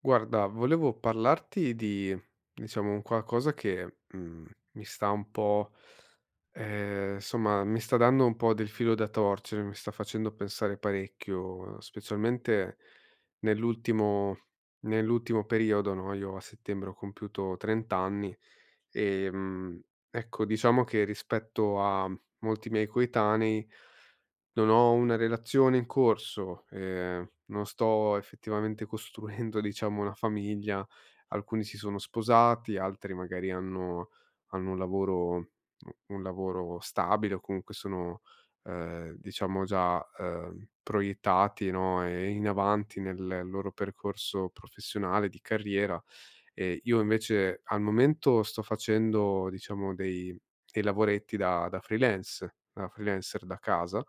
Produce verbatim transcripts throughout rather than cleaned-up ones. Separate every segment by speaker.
Speaker 1: Guarda, volevo parlarti di, diciamo, un qualcosa che, mhmm, mi sta un po' ehm, insomma, mi sta dando un po' del filo da torcere, mi sta facendo pensare parecchio, specialmente nell'ultimo nell'ultimo periodo, no, io a settembre ho compiuto trenta anni. Ehm, ecco, diciamo che rispetto a molti miei coetanei non ho una relazione in corso, ehm, non sto effettivamente costruendo, diciamo, una famiglia. Alcuni si sono sposati, altri magari hanno hanno un lavoro un lavoro stabile o comunque sono, ehm, diciamo già, ehm, proiettati, no, e in avanti nel loro percorso professionale, di carriera. Ehm, io invece al momento sto facendo, diciamo, dei dei lavoretti da da freelance, da freelancer da casa.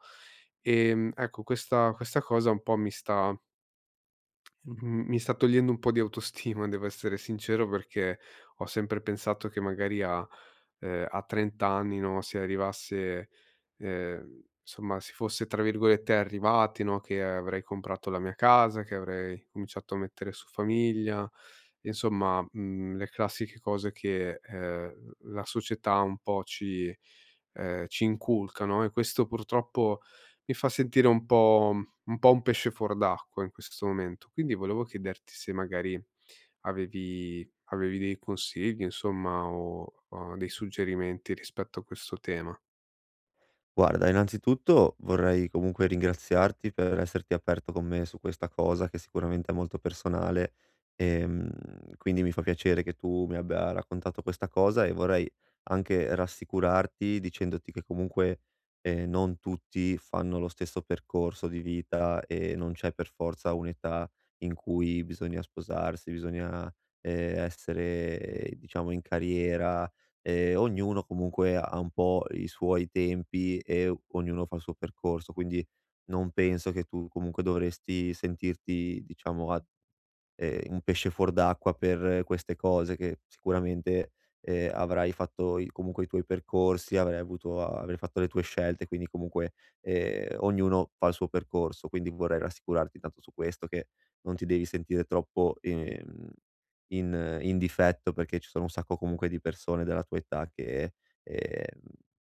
Speaker 1: Ehm, ecco, questa questa cosa un po' mi sta mhmm, mi sta togliendo un po' di autostima, devo essere sincero, perché ho sempre pensato che magari a ehm, a trenta anni, no, si arrivasse, ehm, insomma si fosse, tra virgolette, "arrivati", no, che avrei comprato la mia casa, che avrei cominciato a mettere su famiglia, insomma, mhmm, le classiche cose che, ehm, la società un po' ci ehm, ci inculca, no, e questo purtroppo mi fa sentire un po' un po' un pesce fuor d'acqua in questo momento. Quindi volevo chiederti se magari avevi avevi dei consigli insomma o, uhm, dei suggerimenti rispetto a questo tema?
Speaker 2: Guarda, innanzitutto vorrei comunque ringraziarti per esserti aperto con me su questa cosa che sicuramente è molto personale, ehm, quindi mi fa piacere che tu mi abbia raccontato questa cosa e vorrei anche rassicurarti dicendoti che comunque eh, non tutti fanno lo stesso percorso di vita e non c'è per forza un'età in cui bisogna sposarsi, bisogna eh, essere, diciamo, in carriera. Ehm, ognuno comunque ha un po' i suoi tempi e ognuno fa il suo percorso, quindi non penso che tu comunque dovresti sentirti, diciamo, a ehm, un pesce fuor d'acqua per queste cose che sicuramente, ehm, avrai fatto i comunque i tuoi percorsi, avrai avuto avrai fatto le tue scelte, quindi comunque, ehm, ognuno fa il suo percorso, quindi vorrei rassicurarti tanto su questo, che non ti devi sentire troppo, ehm, in in difetto, perché ci sono un sacco comunque di persone della tua età che, ehm,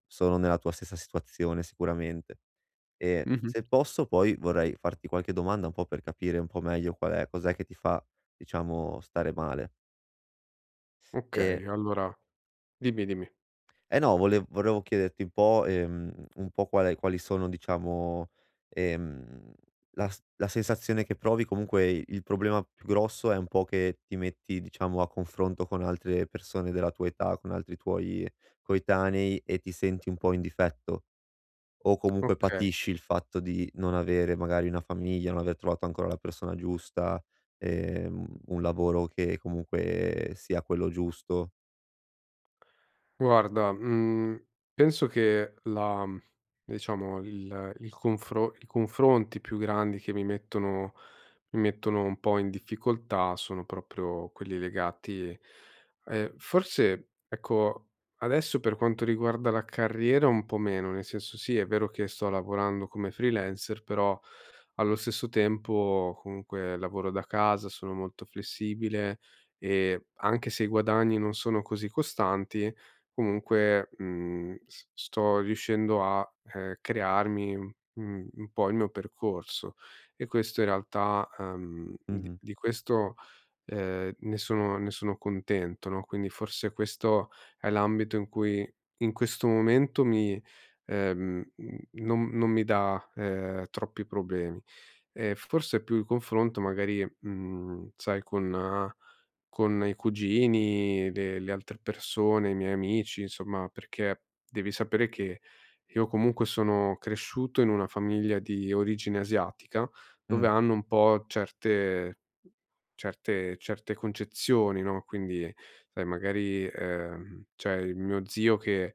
Speaker 2: sono nella tua stessa situazione sicuramente. Ehm,
Speaker 1: Mh-mh.
Speaker 2: se posso, poi vorrei farti qualche domanda un po' per capire un po' meglio qual è, cos'è che ti fa, diciamo, stare male. Ehm,
Speaker 1: Okay, allora dimmi, dimmi.
Speaker 2: eh no, volev volevo chiederti un po', ehm, un po' qual è, quali sono, diciamo, ehm, la s la sensazione che provi. Comunque il il problema più grosso è un po' che ti metti, diciamo, a confronto con altre persone della tua età, con altri tuoi coetanei, e ti senti un po' in difetto? O comunque
Speaker 1: Okay.
Speaker 2: patisci il fatto di non avere magari una famiglia, non aver trovato ancora la persona giusta, ehm, un lavoro che comunque sia quello giusto.
Speaker 1: Guarda, mhmm, penso che la mhmm, diciamo il il confro i confronti più grandi che mi mettono mi mettono un po' in difficoltà sono proprio quelli legati, ehm, forse ecco, adesso per quanto riguarda la carriera un po' meno, nel senso sì, è vero che sto lavorando come freelancer, però allo stesso tempo comunque lavoro da casa, sono molto flessibile e anche se i guadagni non sono così costanti comunque, mhmm, s sto riuscendo a, ehm, crearmi, mhmm, un po' il mio percorso, e questo in realtà, ehm, di
Speaker 2: Mh-mh.
Speaker 1: di questo, ehm, ne sono ne sono contento, no, quindi forse questo è l'ambito in cui in questo momento mi ehm, mhmm, non non mi dà, ehm, troppi problemi. Ehm, forse più il confronto magari, mhmm, sai con eh, con i cugini, le le altre persone, i miei amici, insomma, perché devi sapere che io comunque sono cresciuto in una famiglia di origine asiatica, dove
Speaker 2: Mh,
Speaker 1: hanno un po' certe certe certe concezioni, no, quindi sai magari, ehm, c'è il mio zio che,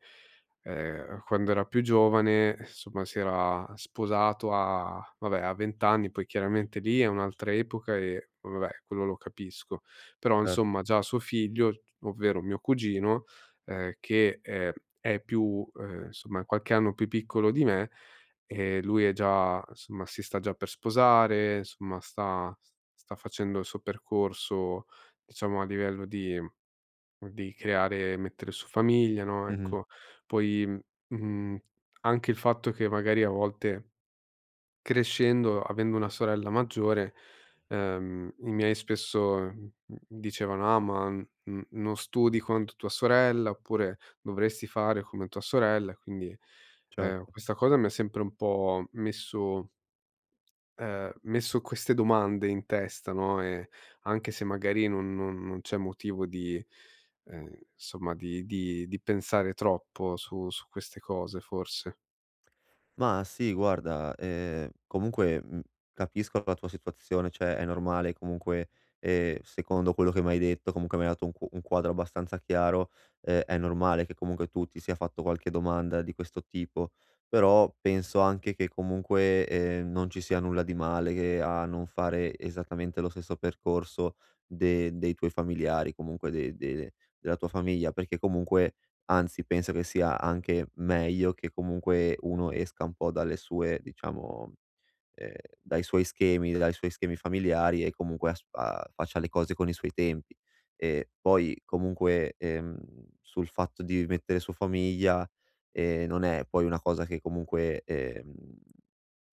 Speaker 1: ehm, quando era più giovane, insomma si era sposato a vabbè a venti anni, poi chiaramente lì è un'altra epoca e vabbè quello lo capisco, però
Speaker 2: cer
Speaker 1: insomma già suo figlio, ovvero mio cugino, ehm, che, ehm, è più, ehm, insomma qualche anno più piccolo di me, ehm, lui è già, insomma si sta già per sposare, insomma sta sta facendo il suo percorso, diciamo a livello di di creare e mettere su famiglia, no,
Speaker 2: mh-mh,
Speaker 1: ecco. Poi, mhmm, mhmm, anche il fatto che magari a volte, crescendo, avendo una sorella maggiore, ehm, i miei spesso, mhmm, dicevano: "Ah, ma, mhmm, non studi quanto tua sorella", oppure: "Dovresti fare come tua sorella". Quindi, ehm,
Speaker 2: certo.
Speaker 1: questa cosa mi ha sempre un po' messo ehm, messo queste domande in testa, no, e anche se magari non non non c'è motivo di, ehm, insomma di di di pensare troppo su su queste cose forse.
Speaker 2: Ma sì, guarda, ehm, comunque, mhmm, capisco la tua situazione, cioè è normale comunque, ehm, secondo quello che m'hai detto, comunque mi hai dato un qu un quadro abbastanza chiaro. Ehm, è normale che comunque tu ti sia fatto qualche domanda di questo tipo, però penso anche che comunque, ehm, non ci sia nulla di male che a non fare esattamente lo stesso percorso de dei tuoi familiari, comunque de de della tua famiglia, perché comunque. Anzi, penso che sia anche meglio che comunque uno esca un po' dalle sue, diciamo, ehm, dai suoi schemi, dai suoi schemi familiari, e comunque as a faccia le cose con i suoi tempi. E poi comunque, ehm, sul fatto di mettere su famiglia, ehm, non è poi una cosa che comunque, ehm,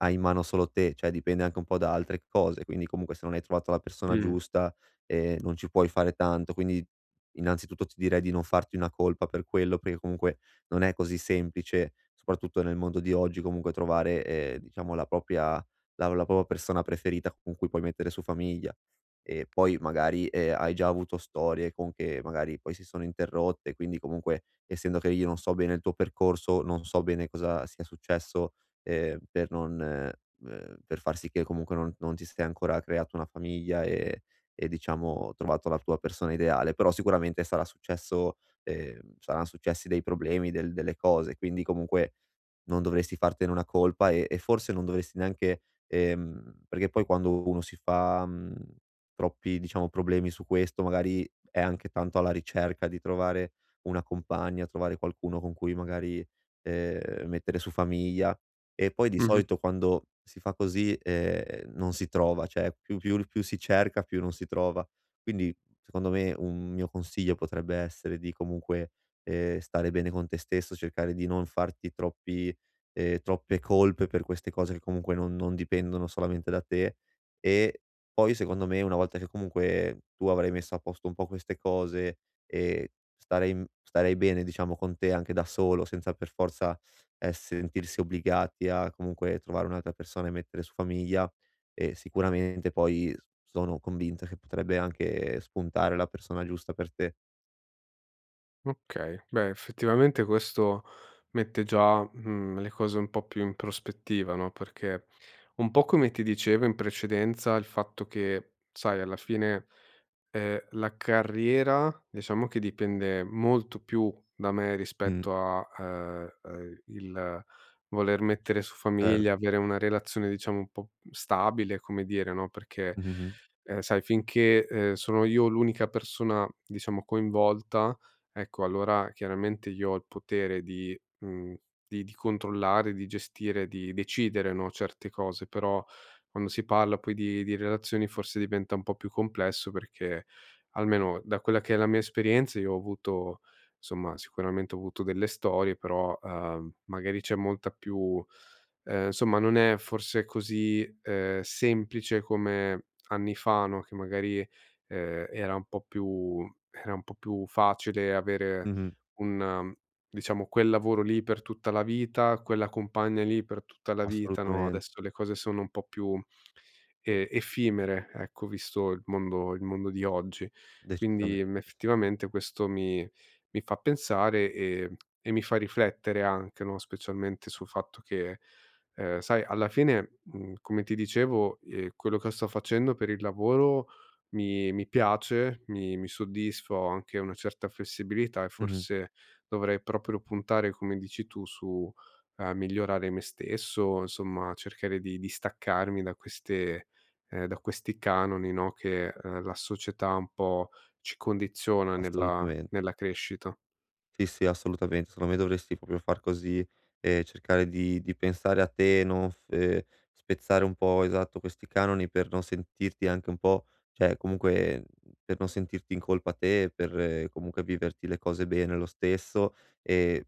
Speaker 2: hai in mano solo te, cioè dipende anche un po' da altre cose, quindi comunque se non hai trovato la persona
Speaker 1: Mh.
Speaker 2: giusta, ehm, non ci puoi fare tanto. Quindi innanzitutto ti direi di non farti una colpa per quello, perché comunque non è così semplice, soprattutto nel mondo di oggi, comunque trovare, ehm, diciamo, la propria, la la propria persona preferita con cui puoi mettere su famiglia. E poi magari, ehm, hai già avuto storie con che magari poi si sono interrotte, quindi comunque, essendo che io non so bene il tuo percorso, non so bene cosa sia successo, ehm, per non ehm, per far sì che comunque non non ti sei ancora creato una famiglia e e diciamo, trovato la tua persona ideale, però sicuramente sarà successo, ehm, saran successi dei problemi, del delle cose, quindi comunque non dovresti fartene una colpa, e e forse non dovresti neanche ehm, perché poi quando uno si fa, mhmm, troppi, diciamo, problemi su questo, magari è anche tanto alla ricerca di trovare una compagna, trovare qualcuno con cui magari, ehm, mettere su famiglia, e poi di
Speaker 1: Mh-mh.
Speaker 2: solito quando si fa così, ehm, non si trova, cioè più più più si cerca, più non si trova. Quindi secondo me un mio consiglio potrebbe essere di comunque, ehm, stare bene con te stesso, cercare di non farti troppi ehm, troppe colpe per queste cose che comunque non non dipendono solamente da te. E poi, secondo me, una volta che comunque tu avrai messo a posto un po' queste cose, e starei m starei bene, diciamo, con te anche da solo, senza per forza, ehm, sentirsi obbligati a comunque trovare un'altra persona e mettere su famiglia, ehm, sicuramente poi s sono convinto che potrebbe anche spuntare la persona giusta per te.
Speaker 1: Okay. Beh, effettivamente questo mette già, mhmm, le cose un po' più in prospettiva, no, perché un po' come ti dicevo in precedenza, il fatto che, sai, alla fine, ehm, la carriera diciamo che dipende molto più da me
Speaker 2: Mh.
Speaker 1: rispetto a, ehm, ehm, il voler mettere su famiglia,
Speaker 2: Certo.
Speaker 1: avere una relazione diciamo un po' stabile, come dire, no, perché,
Speaker 2: Mh-mh, mh.
Speaker 1: ehm, sai, finché, ehm, sono io l'unica persona diciamo coinvolta. Ecco, allora chiaramente io ho il potere di, mhmm, di di controllare, di gestire, di decidere, no, certe cose, però quando si parla poi di di relazioni forse diventa un po' più complesso perché, almeno da quella che è la mia esperienza, io ho avuto, insomma, sicuramente ho avuto delle storie, però, uhm, magari c'è molta più, ehm, insomma non è forse così, ehm, semplice come anni fa, no, che magari, ehm, era un po' più era un po' più facile avere
Speaker 2: Mh-mh.
Speaker 1: un um, diciamo quel lavoro lì per tutta la vita, quella compagna lì per tutta la vita, no,
Speaker 2: Assolutamente,
Speaker 1: adesso le cose sono un po' più, ehm, effimere, ecco, visto il mondo il mondo di oggi. Quindi,
Speaker 2: decisamente.
Speaker 1: mhmm,
Speaker 2: Sì.
Speaker 1: effettivamente questo mi mi fa pensare e e mi fa riflettere anche, no, specialmente sul fatto che, ehm, sai alla fine, mhmm, come ti dicevo, ehm, quello che sto facendo per il lavoro mi mi piace, mi mi soddisfa, ho anche una certa flessibilità e
Speaker 2: Mh-mh.
Speaker 1: forse dovrei proprio puntare, come dici tu, su, ehm, migliorare me stesso, insomma cercare di distaccarmi da queste, ehm, da questi canoni, no, che, ehm, la società un po' ci condiziona nella
Speaker 2: Assolutamente.
Speaker 1: nella crescita.
Speaker 2: Sì, sì, assolutamente. Secondo me dovresti proprio far così, e cercare di di pensare a te, non f ehm, spezzare un po', esatto, questi canoni per non sentirti anche un po', cioè comunque, mhmm, per non sentirti in colpa te, per eh, comunque viverti le cose bene lo stesso, ehm,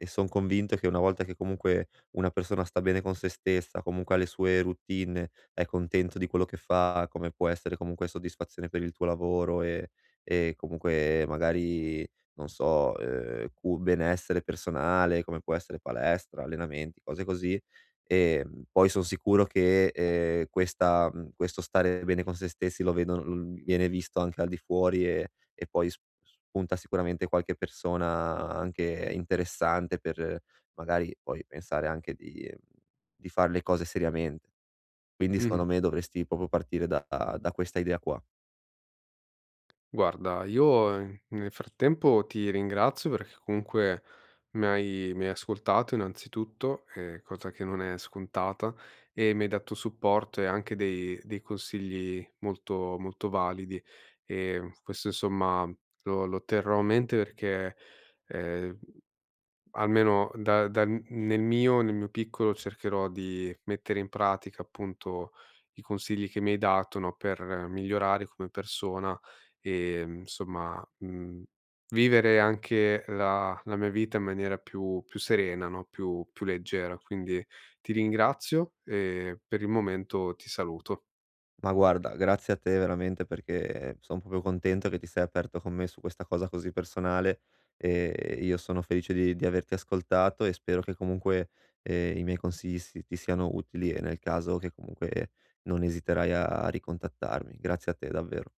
Speaker 2: e son convinto che una volta che comunque una persona sta bene con se stessa, comunque ha le sue routine, è contento di quello che fa, come può essere comunque soddisfazione per il tuo lavoro, e e comunque magari, non so, ehm, cu benessere personale, come può essere palestra, allenamenti, cose così. Ehm, poi son sicuro che, ehm, questa, mhmm, questo stare bene con se stessi lo vedono l viene visto anche al di fuori, e e poi sp spunta sicuramente qualche persona anche interessante per eh, magari poi pensare anche di ehm, di far le cose seriamente. Quindi secondo
Speaker 1: Mh-mh.
Speaker 2: me dovresti proprio partire da da questa idea qua.
Speaker 1: Guarda, io, ehm, nel frattempo ti ringrazio perché comunque mi hai mi hai ascoltato innanzitutto, ehm, cosa che non è scontata, e mi hai dato supporto e anche dei dei consigli molto molto validi. Ehm, questo insomma lo lo terrò a mente perché, ehm almeno da da nel mio nel mio piccolo cercherò di mettere in pratica, appunto, i consigli che mi hai dato, no, per migliorare come persona e, mhmm, insomma, mhmm, vivere anche la la mia vita in maniera più più serena, no, più più leggera. Quindi ti ringrazio e per il momento ti saluto.
Speaker 2: Ma guarda, grazie a te veramente, perché son proprio contento che ti sei aperto con me su questa cosa così personale, e io sono felice di di averti ascoltato, e spero che comunque, ehm, i miei consigli si ti siano utili, e nel caso che comunque non esiterai a ricontattarmi. Grazie a te davvero.